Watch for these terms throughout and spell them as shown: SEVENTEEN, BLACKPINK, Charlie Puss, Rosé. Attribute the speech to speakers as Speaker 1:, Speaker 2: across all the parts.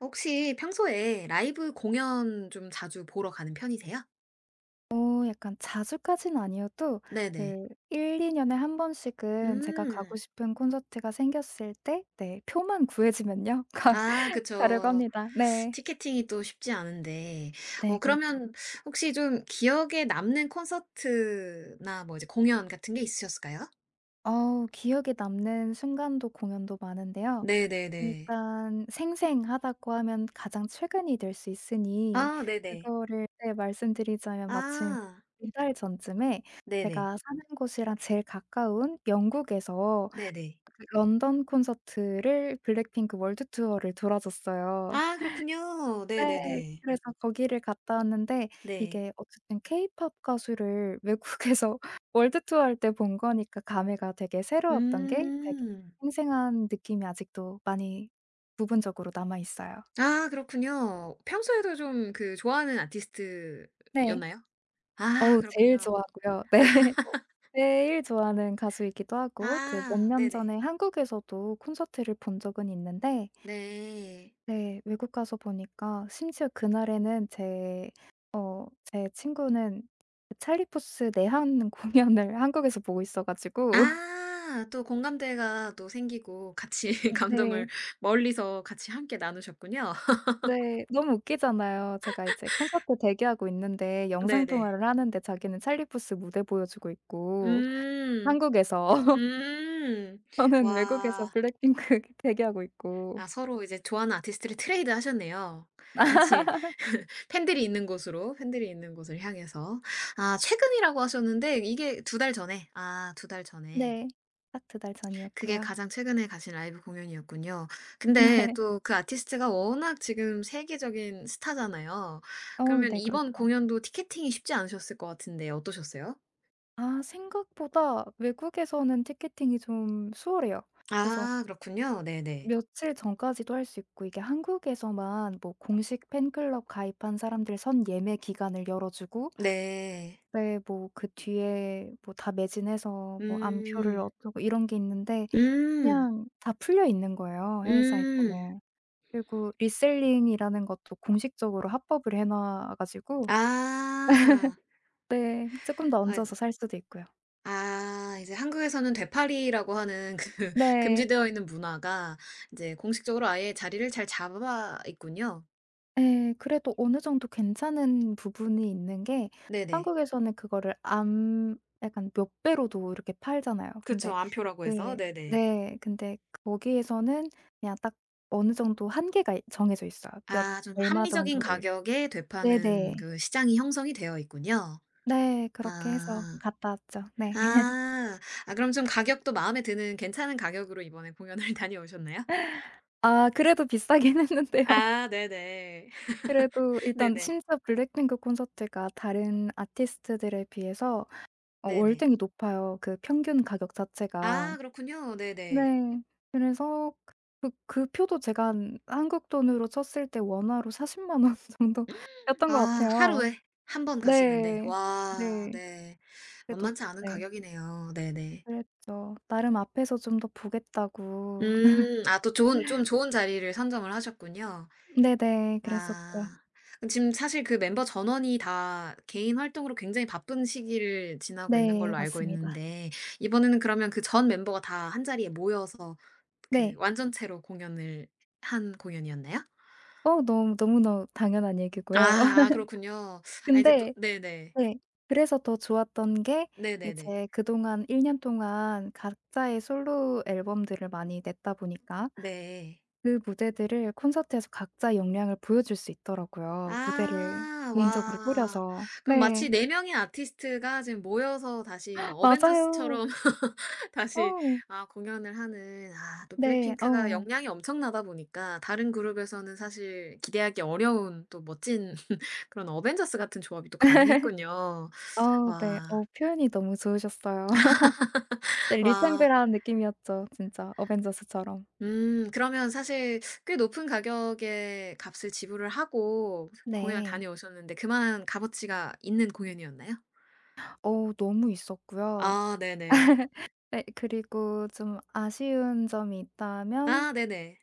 Speaker 1: 혹시 평소에 라이브 공연 좀 자주 보러 가는 편이세요?
Speaker 2: 약간 자주까진 아니어도
Speaker 1: 네네.
Speaker 2: 그 1~2 년에 한 번씩은 제가
Speaker 1: 음.
Speaker 2: 가고 싶은 콘서트가 생겼을 때 네 표만 구해지면요. 가
Speaker 1: 아
Speaker 2: 가려고
Speaker 1: 그쵸.
Speaker 2: 합니다. 네.
Speaker 1: 티켓팅이 또 쉽지 않은데. 어
Speaker 2: 네 그렇죠.
Speaker 1: 그러면 혹시 좀 기억에 남는 콘서트나 뭐 이제 공연 같은 게 있으셨을까요?
Speaker 2: 기억에 남는 순간도 공연도 많은데요.
Speaker 1: 네네네.
Speaker 2: 일단 생생하다고 하면 가장 최근이 될 수 있으니
Speaker 1: 아 네네.
Speaker 2: 그거를 네 말씀드리자면 마침
Speaker 1: 아
Speaker 2: 2달 전쯤에
Speaker 1: 네네.
Speaker 2: 제가 사는 곳이랑 제일 가까운 영국에서
Speaker 1: 네네.
Speaker 2: 그 런던 콘서트를 블랙핑크 월드 투어를 돌아줬어요.
Speaker 1: 아 그렇군요.
Speaker 2: 네.
Speaker 1: 네네네.
Speaker 2: 그래서 거기를 갔다 왔는데
Speaker 1: 네.
Speaker 2: 이게 어쨌든 케이팝 가수를 외국에서 월드 투어 할 때 본 거니까 감회가 되게 새로웠던 게 되게
Speaker 1: 음.
Speaker 2: 생생한 느낌이 아직도 많이 부분적으로 남아 있어요.
Speaker 1: 아 그렇군요. 평소에도 좀 그 좋아하는
Speaker 2: 네.
Speaker 1: 아티스트였나요? 아
Speaker 2: 어우 제일
Speaker 1: 그렇군요.
Speaker 2: 좋아하고요. 네. 제일 좋아하는 가수이기도 하고 그 몇
Speaker 1: 아
Speaker 2: 년
Speaker 1: 네네.
Speaker 2: 전에 한국에서도 콘서트를 본 적은 있는데
Speaker 1: 네.
Speaker 2: 네. 외국 가서 보니까 심지어 그날에는 제 친구는 찰리 푸스 내한 공연을 한국에서 보고 있어 가지고
Speaker 1: 아 또 공감대가 또 생기고 같이 감동을
Speaker 2: 네.
Speaker 1: 멀리서 같이 함께 나누셨군요.
Speaker 2: 네. 너무 웃기잖아요. 제가 이제 콘서트 대기하고 있는데 영상
Speaker 1: 네네.
Speaker 2: 통화를 하는데 자기는 찰리 푸스 무대 보여주고 있고
Speaker 1: 음.
Speaker 2: 한국에서
Speaker 1: 음.
Speaker 2: 저는 외국에서
Speaker 1: 와.
Speaker 2: 블랙핑크 대기하고 있고.
Speaker 1: 아 서로 이제 좋아하는 아티스트를 트레이드 하셨네요. 같이 팬들이 있는 곳으로, 팬들이 있는 곳을 향해서. 아 최근이라고 하셨는데 이게 두 달 전에 아 두 달 전에
Speaker 2: 네. 딱 두 달
Speaker 1: 그게
Speaker 2: 전이었고요.
Speaker 1: 가장 최근에 가신 라이브 공연이었군요. 근데
Speaker 2: 네.
Speaker 1: 또 그 아티스트가 워낙 지금 세계적인 스타잖아요. 그러면
Speaker 2: 네.
Speaker 1: 이번
Speaker 2: 그렇죠.
Speaker 1: 공연도 티켓팅이 쉽지 않으셨을 것 같은데 어떠셨어요?
Speaker 2: 아 생각보다 외국에서는 티켓팅이 좀 수월해요. 그래서
Speaker 1: 아 그렇군요. 네네.
Speaker 2: 며칠 전까지도 할 수 있고 이게 한국에서만 뭐 공식 팬클럽 가입한 사람들 선 예매 기간을 열어 주고
Speaker 1: 네.
Speaker 2: 네 뭐 그 뒤에 뭐 다 매진해서 뭐 암표를
Speaker 1: 음.
Speaker 2: 어쩌고 이런 게 있는데
Speaker 1: 음.
Speaker 2: 그냥 다 풀려 있는 거예요, 해외
Speaker 1: 음.
Speaker 2: 사이트는. 그리고 리셀링이라는 것도 공식적으로 합법을 해놔 가지고
Speaker 1: 아.
Speaker 2: 네 조금 더 얹어서
Speaker 1: 아
Speaker 2: 살 수도 있고요.
Speaker 1: 아 이제 한국에서는 되팔이라고 하는 그
Speaker 2: 네.
Speaker 1: 금지되어 있는 문화가 이제 공식적으로 아예 자리를 잘 잡아 있군요.
Speaker 2: 예. 그래도 어느 정도 괜찮은 부분이 있는 게
Speaker 1: 네네.
Speaker 2: 한국에서는 그거를 암 약간 몇 배로도 이렇게 팔잖아요.
Speaker 1: 그쵸.
Speaker 2: 근데
Speaker 1: 안표라고 해서.
Speaker 2: 네.
Speaker 1: 네네.
Speaker 2: 네. 근데 거기에서는 그냥 딱 어느 정도 한계가 이 정해져 있어요. 몇
Speaker 1: 아 좀
Speaker 2: 얼마
Speaker 1: 합리적인
Speaker 2: 정도를.
Speaker 1: 가격에
Speaker 2: 네네.
Speaker 1: 되파는 그 시장이 형성이 되어 있군요.
Speaker 2: 네. 그렇게 해서
Speaker 1: 아.
Speaker 2: 갔다 왔죠. 네.
Speaker 1: 아. 아 그럼 좀 가격도 마음에 드는 괜찮은 가격으로 이번에 공연을 다녀오셨나요?
Speaker 2: 아 그래도 비싸긴 했는데요.
Speaker 1: 아 네네.
Speaker 2: 그래도 일단
Speaker 1: 네네.
Speaker 2: 심지어 블랙핑크 콘서트가 다른 아티스트들에 비해서
Speaker 1: 네네.
Speaker 2: 월등히 높아요, 그 평균 가격
Speaker 1: 아
Speaker 2: 자체가.
Speaker 1: 그렇군요. 네네.
Speaker 2: 네. 그래서 그 표도 제가 한 한국 돈으로 쳤을 때 원화로 40만 원 정도였던 것
Speaker 1: 아
Speaker 2: 같아요.
Speaker 1: 하루에 한 번 가시는데.
Speaker 2: 네.
Speaker 1: 와
Speaker 2: 네.
Speaker 1: 네.
Speaker 2: 그래도
Speaker 1: 만만치 않은
Speaker 2: 네.
Speaker 1: 가격이네요. 네네.
Speaker 2: 그랬죠. 나름 앞에서 좀 더 보겠다고.
Speaker 1: 음. 아 또 좋은 좀 좋은 자리를 선점을 하셨군요.
Speaker 2: 네네. 그랬었죠.
Speaker 1: 아. 그럼 지금 사실 그 멤버 전원이 다 개인 활동으로 굉장히 바쁜 시기를 지나고 있는
Speaker 2: 네.
Speaker 1: 걸로 알고
Speaker 2: 맞습니다.
Speaker 1: 있는데 이번에는 그러면 그 전 멤버가 다 한자리에 모여서 그
Speaker 2: 네.
Speaker 1: 완전체로 공연을 한 공연이었나요?
Speaker 2: 너무 너무너무 당연한 얘기고요.
Speaker 1: 아 아 그렇군요. 아 이제 또
Speaker 2: 근데
Speaker 1: 네네.
Speaker 2: 네. 그래서 더 좋았던 게
Speaker 1: 네네네.
Speaker 2: 이제 그동안 1년 동안 각자의 솔로 앨범들을 많이 냈다 보니까
Speaker 1: 네.
Speaker 2: 그 무대들을 콘서트에서 각자의 역량을 보여줄 수 있더라고요. 무대를
Speaker 1: 아
Speaker 2: 개인적으로
Speaker 1: 와.
Speaker 2: 꾸려서.
Speaker 1: 그럼
Speaker 2: 네.
Speaker 1: 마치 4 명의 아티스트가 지금 모여서 다시 막
Speaker 2: 맞아요.
Speaker 1: 어벤져스처럼 다시
Speaker 2: 어.
Speaker 1: 아 공연을 하는 아 또
Speaker 2: 네.
Speaker 1: 블랙핑크가
Speaker 2: 어.
Speaker 1: 역량이 엄청나다 보니까 다른 그룹에서는 사실 기대하기 어려운 또 멋진 그런 어벤져스 같은 조합이 또 가능했군요.
Speaker 2: 네.
Speaker 1: 와.
Speaker 2: 표현이 너무 좋으셨어요. 네
Speaker 1: 와.
Speaker 2: 리셈블한 느낌이었죠. 진짜 어벤져스처럼.
Speaker 1: 그러면 사실 꽤 높은 가격의 값을 지불을 하고 공연을
Speaker 2: 네.
Speaker 1: 다녀오셨는데 그만한 값어치가 있는 공연이었나요?
Speaker 2: 너무 있었고요.
Speaker 1: 아 네네.
Speaker 2: 네 그리고 좀 아쉬운 점이 있다면
Speaker 1: 아 네네.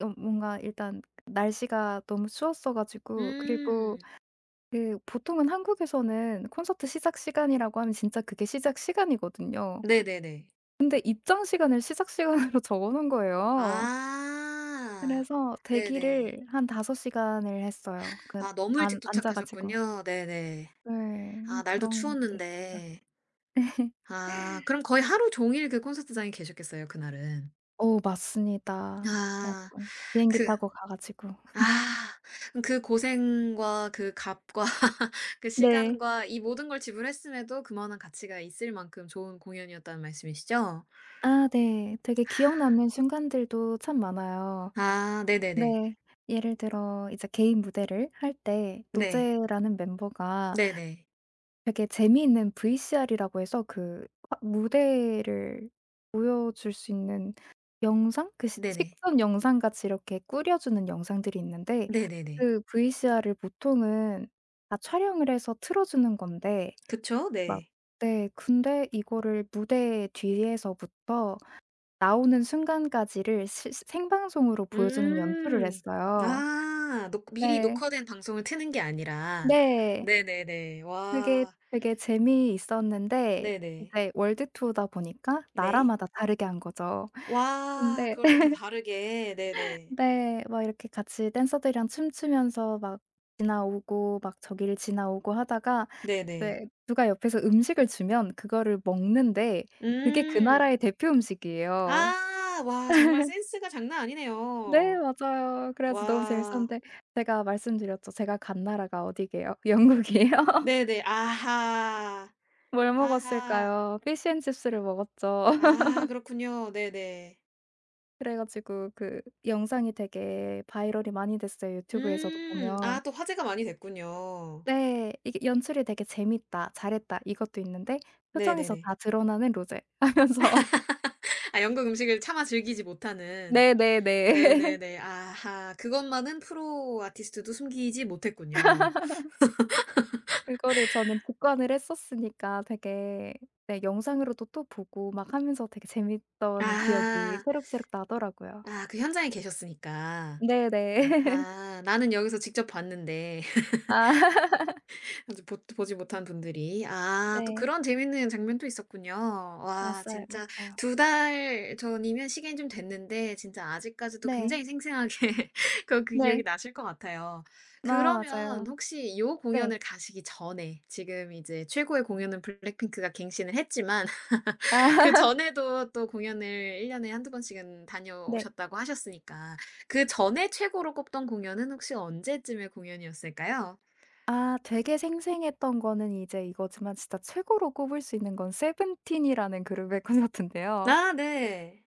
Speaker 2: 뭔가 일단 날씨가 너무 추웠어 가지고 그리고
Speaker 1: 음.
Speaker 2: 그 보통은 한국에서는 콘서트 시작 시간이라고 하면 진짜 그게 시작 시간이거든요.
Speaker 1: 네네네.
Speaker 2: 근데 입장 시간을 시작 시간으로 적어 놓은 거예요.
Speaker 1: 아.
Speaker 2: 그래서
Speaker 1: 네네.
Speaker 2: 대기를 한 5 시간을 했어요. 그
Speaker 1: 아 너무 일찍
Speaker 2: 안 앉아 가지고.
Speaker 1: 도착하셨군요. 네네. 아
Speaker 2: 네.
Speaker 1: 날도
Speaker 2: 그런 것도 있었죠.
Speaker 1: 추웠는데. 아 그럼 거의 하루 종일 그 콘서트장에 계셨겠어요, 그날은.
Speaker 2: 오, 맞습니다. 그래
Speaker 1: 아.
Speaker 2: 가지고 비행기
Speaker 1: 그
Speaker 2: 타고 가 가지고.
Speaker 1: 아. 그그 고생과 그 값과 그
Speaker 2: 네.
Speaker 1: 시간과 이 모든 걸 지불했음에도 그만한 가치가 있을 만큼 좋은 공연이었다는 말씀이시죠?
Speaker 2: 아 네. 되게 기억 남는 순간들도 참 많아요.
Speaker 1: 아
Speaker 2: 네.
Speaker 1: 네네네.
Speaker 2: 예를 들어 이제 개인 무대를 할 때
Speaker 1: 네.
Speaker 2: 로제라는 멤버가
Speaker 1: 네네.
Speaker 2: 되게 재미있는 VCR이라고 해서 그 화 무대를 보여줄 수 있는 영상? 그 시
Speaker 1: 네네.
Speaker 2: 식전 영상 같이 이렇게 꾸려 주는 영상들이 있는데
Speaker 1: 네네네.
Speaker 2: 그 VCR을 보통은 다 촬영을 해서 틀어 주는 건데
Speaker 1: 그쵸.
Speaker 2: 막
Speaker 1: 네.
Speaker 2: 네 근데 이거를 무대 뒤에서부터 나오는 순간까지를 생방송으로 보여주는 연출을
Speaker 1: 음.
Speaker 2: 했어요.
Speaker 1: 아. 녹 미리
Speaker 2: 네.
Speaker 1: 녹화된 방송을 트는 게 아니라.
Speaker 2: 네.
Speaker 1: 네네네.
Speaker 2: 그게
Speaker 1: 와.
Speaker 2: 되게 재미있었는데
Speaker 1: 네네.
Speaker 2: 이제 월드 투어다 보니까
Speaker 1: 네.
Speaker 2: 나라마다 다르게 한 거죠.
Speaker 1: 와.
Speaker 2: 근데
Speaker 1: 그걸 또 다 다르게. 네네.
Speaker 2: 네 막 이렇게 같이 댄서들이랑 춤추면서 막 지나오고 막 저기를 지나오고 하다가
Speaker 1: 네네.
Speaker 2: 네 누가 옆에서 음식을 주면 그거를 먹는데 그게 그
Speaker 1: 음.
Speaker 2: 나라의 대표 음식이에요.
Speaker 1: 아. 와 정말 센스가 장난
Speaker 2: 네
Speaker 1: 아니네요.
Speaker 2: 맞아요. 그래 가지고 너무
Speaker 1: 와.
Speaker 2: 재밌었는데 제가 말씀드렸죠. 제가 간 나라가 어디게요? 영국이에요.
Speaker 1: 네네. 아하.
Speaker 2: 뭘
Speaker 1: 아하.
Speaker 2: 먹었을까요? 피쉬앤칩스를 먹었죠.
Speaker 1: 아 그렇군요. 네네.
Speaker 2: 그래 가지고 그 영상이 되게 바이럴이 많이 됐어요 유튜브에서도
Speaker 1: 음.
Speaker 2: 보면.
Speaker 1: 아 또 화제가 많이 됐군요.
Speaker 2: 네. 이게 "연출이 되게 재밌다. 잘했다." 이것도 있는데 "표정에서
Speaker 1: 네네네.
Speaker 2: 다 드러나는 로제." 하면서
Speaker 1: 아 영국 음식을 차마 즐기지 못하는.
Speaker 2: 네네네.
Speaker 1: 네네네. 아하. 그것만은 프로 아티스트도 숨기지 못했군요.
Speaker 2: 그거를 저는 직관을 했었으니까 되게 네 영상으로도 또 보고 막 하면서 되게 재밌던 기억이
Speaker 1: 아.
Speaker 2: 새록새록 나더라고요.
Speaker 1: 아 그 현장에 계셨으니까. 그
Speaker 2: 네네.
Speaker 1: 아 '나는 여기서 직접 봤는데.'
Speaker 2: 아.
Speaker 1: 아직 보 보지 못한 분들이. 아 또
Speaker 2: 네.
Speaker 1: 그런 재밌는 장면도 있었군요. 와
Speaker 2: 맞아요,
Speaker 1: 진짜
Speaker 2: 맞아요.
Speaker 1: 두 달 전이면 시간이 좀 됐는데 진짜 아직까지도
Speaker 2: 네.
Speaker 1: 굉장히 생생하게 그 기억이
Speaker 2: 네.
Speaker 1: 나실 것 같아요.
Speaker 2: 아
Speaker 1: 그러면
Speaker 2: 맞아요.
Speaker 1: 혹시 요
Speaker 2: 네.
Speaker 1: 공연을 가시기 전에 지금 이제 최고의 공연은 블랙핑크가 갱신을 했지만
Speaker 2: 아하하하
Speaker 1: 그전에도 또 공연을 1 년에 한두 번씩은
Speaker 2: 네.
Speaker 1: 다녀오셨다고 하셨으니까 그전에 최고로 꼽던 공연은 혹시 언제쯤의 공연이었을까요?
Speaker 2: 아 되게 생생했던 거는 이제 이거지만 진짜 최고로 꼽을 수 있는 건 세븐틴이라는 그룹의 콘서트인데요.
Speaker 1: 아 네.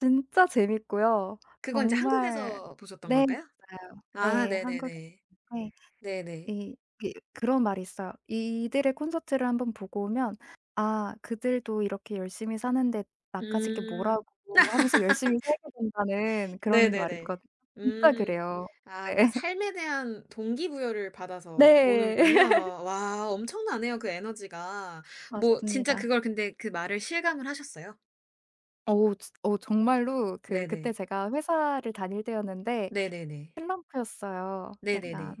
Speaker 2: 진짜 재밌고요.
Speaker 1: 그건 이제
Speaker 2: 정말
Speaker 1: 한국에서 보셨던
Speaker 2: 네
Speaker 1: 걸까요?
Speaker 2: 맞아요.
Speaker 1: 아
Speaker 2: 네 한국에서
Speaker 1: 네네네.
Speaker 2: 네,
Speaker 1: 네네.
Speaker 2: 이 이 그런 말이 있어요. 이들의 콘서트를 한번 보고 오면 "아 그들도 이렇게 열심히 사는데 나까지 게
Speaker 1: 음.
Speaker 2: 뭐라고." 하면서 열심히 살게 된다는 그런 말이
Speaker 1: 네네네.
Speaker 2: 있거든요. 진짜
Speaker 1: 음.
Speaker 2: 그래요.
Speaker 1: 아
Speaker 2: 네.
Speaker 1: 뭔가 삶에 대한 동기부여를 받아서
Speaker 2: 네.
Speaker 1: 오는군요. 와 엄청나네요, 그 에너지가. 뭐 진짜
Speaker 2: 맞습니다.
Speaker 1: 그걸 근데 그 말을 실감을 하셨어요?
Speaker 2: 어 지 어 정말로 그때
Speaker 1: 네네.
Speaker 2: 제가 회사를 다닐 때였는데
Speaker 1: 네네네.
Speaker 2: 슬럼프였어요. 음. 약간
Speaker 1: 네네네.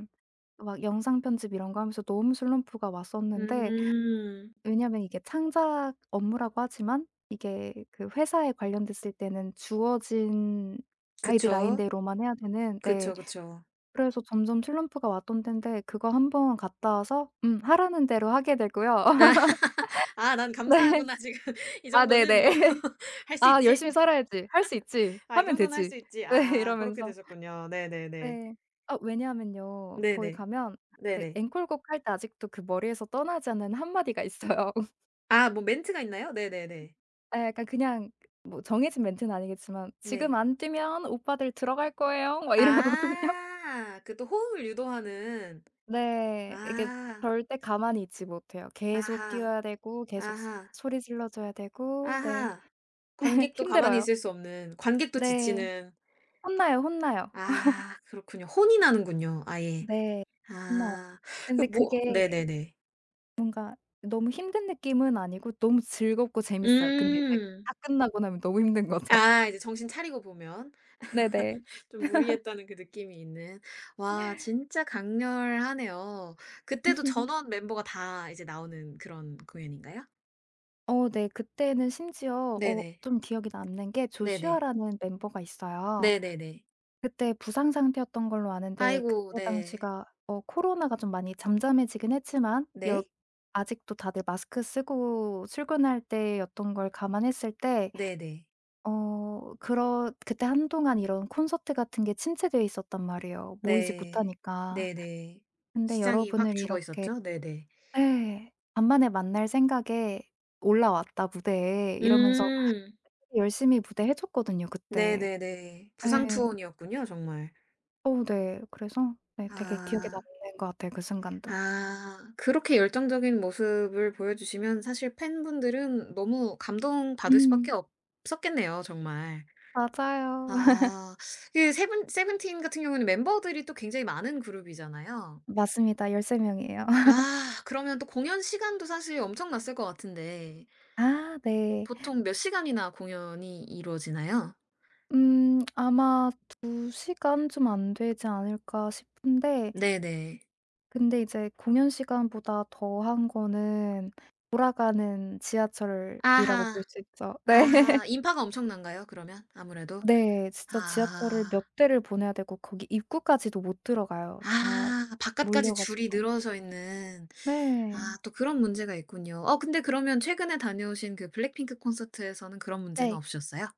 Speaker 2: 막 영상 편집 이런 거 하면서 너무 슬럼프가 왔었는데
Speaker 1: 음.
Speaker 2: 왜냐면 이게 창작 업무라고 하지만 이게 그 회사에 관련됐을 때는 주어진
Speaker 1: 그쵸.
Speaker 2: 가이드라인대로만 해야 되는 네
Speaker 1: 그쵸.
Speaker 2: 그래서 점점 슬럼프가 왔던 땐데 그거 한번 갔다 와서 하라는 대로 하게 되고요.
Speaker 1: 아 '아 난
Speaker 2: 네.
Speaker 1: 감사하구나. 지금 이
Speaker 2: 아
Speaker 1: 정도는 뭐
Speaker 2: 네네.
Speaker 1: 할 수
Speaker 2: "아
Speaker 1: 있지.'
Speaker 2: 열심히 살아야지. 할 수 있지.
Speaker 1: 아 이
Speaker 2: 하면
Speaker 1: 정도는 할
Speaker 2: 되지."
Speaker 1: 수 있지.
Speaker 2: 네
Speaker 1: 아 그렇게
Speaker 2: 이러면서
Speaker 1: 되셨군요. 네네네.
Speaker 2: 네. 아 왜냐하면요. 거기
Speaker 1: 네네.
Speaker 2: 가면 예
Speaker 1: 네네.
Speaker 2: 앵콜곡 할 때 아직도 그 머리에서 떠나지 않는 한마디가 있어요.
Speaker 1: 아 뭐 멘트가 있나요? 네네네.
Speaker 2: 예 약간 그냥 뭐 정해진 멘트는 아니겠지만 "지금
Speaker 1: 네.
Speaker 2: 안 뛰면 오빠들 들어갈 거예요." 막 이러거든요.
Speaker 1: 아 그 또 호응을 유도하는.
Speaker 2: 네. 이게
Speaker 1: 아.
Speaker 2: 절대 가만히 있지 못해요.
Speaker 1: 아하.
Speaker 2: 계속 뛰어야 되고 계속 스
Speaker 1: 아하.
Speaker 2: 소리 질러 줘야 되고 네
Speaker 1: 아하. 관객도 가만히
Speaker 2: 힘들어요.
Speaker 1: 있을 수 없는, 관객도
Speaker 2: 네.
Speaker 1: 지치는.
Speaker 2: 혼나요, 혼나요.
Speaker 1: 아 그렇군요. 혼이 나는군요 아예.
Speaker 2: 네. 혼나요.
Speaker 1: 아. 그
Speaker 2: 근데
Speaker 1: 뭐
Speaker 2: 그게
Speaker 1: 네네네.
Speaker 2: 너무 힘든 느낌은 아니고 너무 즐겁고 재밌어요. 근데 이제
Speaker 1: 음.
Speaker 2: 다 끝나고 나면 너무 힘든 거죠.
Speaker 1: 아 이제 정신 차리고 보면.
Speaker 2: 네네.
Speaker 1: 좀 무리했다는 그 느낌이 있는. 와 진짜 강렬하네요. 그때도 전원 멤버가 다 이제 나오는 그런 공연인가요?
Speaker 2: 네. 그때는 심지어
Speaker 1: 네네.
Speaker 2: 좀 기억에 남는 게
Speaker 1: 네네.
Speaker 2: 조슈아라는 멤버가 있어요.
Speaker 1: 네네네.
Speaker 2: 그때 부상 상태였던 걸로 아는데 그때
Speaker 1: 아이고 네.
Speaker 2: 당시가 어 코로나가 좀 많이 잠잠해지긴 했지만 여
Speaker 1: 네.
Speaker 2: 아직도 다들 마스크 쓰고 출근할 때였던 걸 감안했을 때
Speaker 1: 네네.
Speaker 2: 어 그러 그때 한동안 이런 콘서트 같은 게 침체되어 있었단 말이에요, 모이지
Speaker 1: 네.
Speaker 2: 못하니까.
Speaker 1: 네네.
Speaker 2: 근데
Speaker 1: 시장이 확
Speaker 2: 여러분을
Speaker 1: 죽어
Speaker 2: 이렇게
Speaker 1: 있었죠? 네네.
Speaker 2: 예. 간만에 만날 생각에 올라왔다 무대에 이러면서
Speaker 1: 음.
Speaker 2: 열심히 무대 해 줬거든요 그때.
Speaker 1: 네네네.
Speaker 2: 예.
Speaker 1: 부상투혼이었군요 정말.
Speaker 2: 네. 그래서 네 되게 기억에
Speaker 1: 아.
Speaker 2: 남는 것 같아요 그 순간도.
Speaker 1: 아. 그렇게 열정적인 모습을 보여주시면 사실 팬분들은 너무 감동받을
Speaker 2: 음.
Speaker 1: 수밖에 없었겠네요 정말.
Speaker 2: 맞아요.
Speaker 1: 아. 그 세븐 세븐틴 같은 경우는 멤버들이 또 굉장히 많은 그룹이잖아요.
Speaker 2: 맞습니다. 13명 명이에요.
Speaker 1: 아 그러면 또 공연 시간도 사실 엄청났을 것 같은데
Speaker 2: 아 네.
Speaker 1: 보통 몇 시간이나 공연이 이루어지나요?
Speaker 2: 아마 2시간 시간 좀 안 되지 않을까 싶은데
Speaker 1: 네네.
Speaker 2: 근데 이제 공연 시간보다 더한 거는 돌아가는 지하철이라고 볼
Speaker 1: 아하.
Speaker 2: 수 있죠.
Speaker 1: 아하.
Speaker 2: 네.
Speaker 1: 인파가 엄청난가요 그러면 아무래도?
Speaker 2: 네. 진짜 지하철을
Speaker 1: 아.
Speaker 2: 몇 대를 보내야 되고 거기 입구까지도 못 들어가요. 다
Speaker 1: 아 바깥까지
Speaker 2: 몰려
Speaker 1: 줄이
Speaker 2: 가지고.
Speaker 1: 늘어서 있는. 아
Speaker 2: 네.
Speaker 1: 또 그런 문제가 있군요. 어 근데 그러면 최근에 다녀오신 그 블랙핑크 콘서트에서는 그런 문제는
Speaker 2: 네.
Speaker 1: 없으셨어요?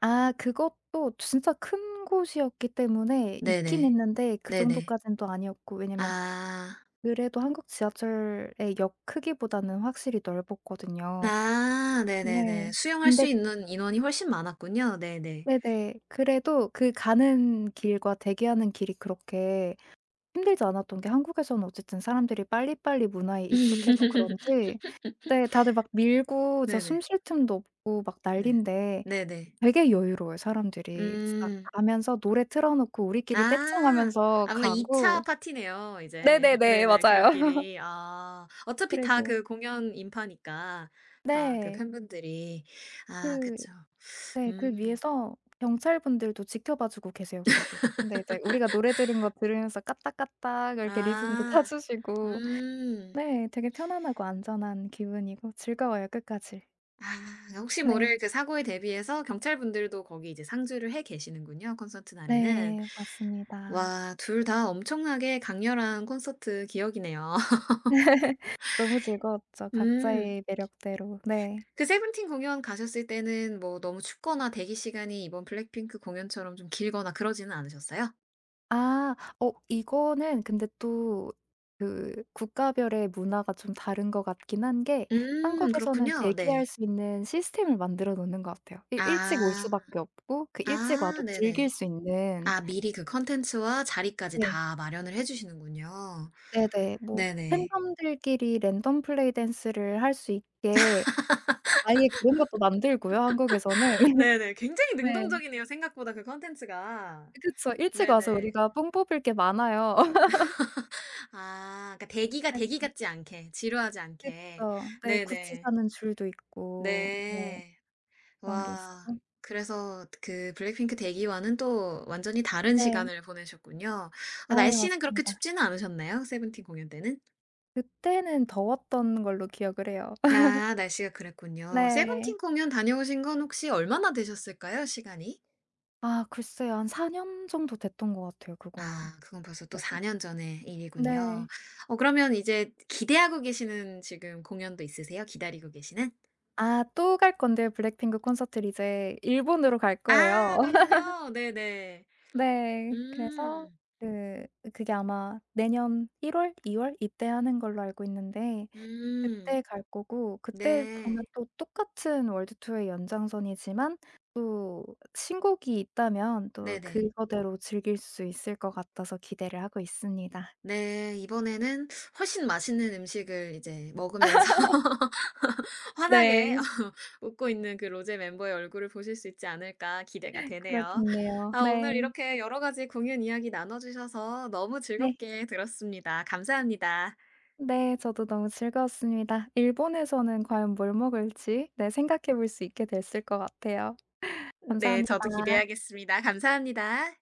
Speaker 2: 아 그것도 진짜 큰 곳이었기 때문에 있긴
Speaker 1: 네네.
Speaker 2: 있는데 그
Speaker 1: 네네.
Speaker 2: 정도까진 또 아니었고 왜냐면
Speaker 1: 아.
Speaker 2: 그래도 한국 지하철의 역 크기보다는 확실히 넓었거든요.
Speaker 1: 아
Speaker 2: 네.
Speaker 1: 네네네. 수용할
Speaker 2: 근데
Speaker 1: 수 있는 인원이 훨씬 많았군요. 네네.
Speaker 2: 네네. 그래도 그 가는 길과 대기하는 길이 그렇게 힘들지 않았던 게 한국에서는 어쨌든 사람들이 빨리빨리 문화에 익숙해서 그런지 네 다들 막 밀고 진짜
Speaker 1: 네네.
Speaker 2: 숨쉴 틈도 없고 막
Speaker 1: 네.
Speaker 2: 난린데
Speaker 1: 네네.
Speaker 2: 되게 여유로워요 사람들이. 진짜
Speaker 1: 음.
Speaker 2: 가면서 노래 틀어 놓고 우리끼리
Speaker 1: 아. 아
Speaker 2: 떼창하면서
Speaker 1: 뭔가 2차
Speaker 2: 가고
Speaker 1: 파티네요 이제.
Speaker 2: 네네네.
Speaker 1: 네네
Speaker 2: 맞아요.
Speaker 1: 귀갓길이. 아. 어차피 다 그
Speaker 2: 그리고
Speaker 1: 공연 인파니까 다 그
Speaker 2: 네.
Speaker 1: 팬분들이. 아
Speaker 2: 그
Speaker 1: 그쵸.
Speaker 2: 네 그
Speaker 1: 음.
Speaker 2: 위에서 경찰분들도 지켜봐 주고 계세요 그리고. 근데 이제 우리가 노래 들은 거 들으면서 까딱까딱 이렇게 리듬도 타
Speaker 1: 아.
Speaker 2: 주시고
Speaker 1: 음.
Speaker 2: 네. 되게 편안하고 안전한 기분이고 즐거워요 끝까지.
Speaker 1: 아 혹시
Speaker 2: 네.
Speaker 1: 모를 그 사고에 대비해서 경찰분들도 거기 이제 상주를 해 계시는군요, 콘서트 날에는.
Speaker 2: 네. 맞습니다.
Speaker 1: 와 둘 다 엄청나게 강렬한 콘서트 기억이네요.
Speaker 2: 너무 즐거웠죠
Speaker 1: 음.
Speaker 2: 각자의 매력대로. 네.
Speaker 1: 그 세븐틴 공연 가셨을 때는 뭐 너무 춥거나 대기 시간이 이번 블랙핑크 공연처럼 좀 길거나 그러지는 않으셨어요?
Speaker 2: 아. 이거는 근데 또 그 국가별의 문화가 좀 다른 것 같긴 한 게 한국에서는
Speaker 1: 그렇군요.
Speaker 2: 대기할
Speaker 1: 네.
Speaker 2: 수 있는 시스템을 만들어 놓는 것 같아요. 일 일찍 올
Speaker 1: 아.
Speaker 2: 수밖에 없고 그 일찍
Speaker 1: 아
Speaker 2: 와도 즐길
Speaker 1: 네네.
Speaker 2: 수 있는
Speaker 1: 아 미리 그 콘텐츠와 자리까지
Speaker 2: 네.
Speaker 1: 다 마련을 해 주시는군요.
Speaker 2: 네네. 뭐
Speaker 1: 네네.
Speaker 2: 팬덤들끼리 랜덤 플레이 댄스를 할 수 있게 아예 그런 것도 만들고요, 한국에서는.
Speaker 1: 네네. 굉장히
Speaker 2: 네.
Speaker 1: 능동적이네요, 생각보다 그 컨텐츠가.
Speaker 2: 그쵸. 일찍 와서
Speaker 1: 네네.
Speaker 2: 우리가 뽕 뽑을 게 많아요.
Speaker 1: 아 그러니까 대기가 대기
Speaker 2: 그래서
Speaker 1: 같지 않게 지루하지 않게.
Speaker 2: 그쵸. 네. 굿즈
Speaker 1: 네네.
Speaker 2: 사는 줄도 있고 네.
Speaker 1: 네.
Speaker 2: 그런 게 있어서
Speaker 1: 와. 그래서 그 블랙핑크 대기와는 또 완전히 다른
Speaker 2: 네.
Speaker 1: 시간을 보내셨군요. 어
Speaker 2: 네
Speaker 1: 날씨는 그렇게
Speaker 2: 맞습니다.
Speaker 1: 춥지는 않으셨나요? 세븐틴 공연 때는?
Speaker 2: 그때는 더웠던 걸로 기억을 해요.
Speaker 1: 아 날씨가 그랬군요.
Speaker 2: 네.
Speaker 1: 세븐틴 공연 다녀오신 건 혹시 얼마나 되셨을까요, 시간이?
Speaker 2: 아 글쎄요. 한 4년 정도 됐던 것 같아요, 그거는
Speaker 1: 아 그건 벌써 또
Speaker 2: 그래도.
Speaker 1: 4년 전의 일이군요.
Speaker 2: 네.
Speaker 1: 어 그러면 이제 기대하고 계시는 지금 공연도 있으세요? 기다리고 계시는?
Speaker 2: 아 또 갈 건데요. 블랙핑크 콘서트를 이제 일본으로 갈 거예요.
Speaker 1: 아 그렇군요. 네네.
Speaker 2: 네. 그래서
Speaker 1: 음.
Speaker 2: 그 그게 아마 내년 1월 월, 2월 이때 하는 걸로 알고 있는데
Speaker 1: 음.
Speaker 2: 그때 갈 거고 그때
Speaker 1: 네.
Speaker 2: 보면 또 똑같은 월드 투어의 연장선이지만 또 신곡이 있다면 또
Speaker 1: 네네.
Speaker 2: 그거대로 즐길 수 있을 것 같아서 기대를 하고 있습니다.
Speaker 1: 네. 이번에는 훨씬 맛있는 음식을 이제 먹으면서 환하게
Speaker 2: 네.
Speaker 1: 웃고 있는 그 로제 멤버의 얼굴을 보실 수 있지 않을까 기대가 되네요.
Speaker 2: 그렇겠네요.
Speaker 1: 아 오늘
Speaker 2: 네.
Speaker 1: 이렇게 여러 가지 공연 이야기 나눠 주셔서 너무
Speaker 2: 네.
Speaker 1: 즐겁게 들었습니다. 감사합니다.
Speaker 2: 네. 저도 너무 즐거웠습니다. 일본에서는 과연 뭘 먹을지 네 생각해 볼 수 있게 됐을 것 같아요.
Speaker 1: 네. 저도
Speaker 2: 감사합니다.
Speaker 1: 기대하겠습니다. 감사합니다.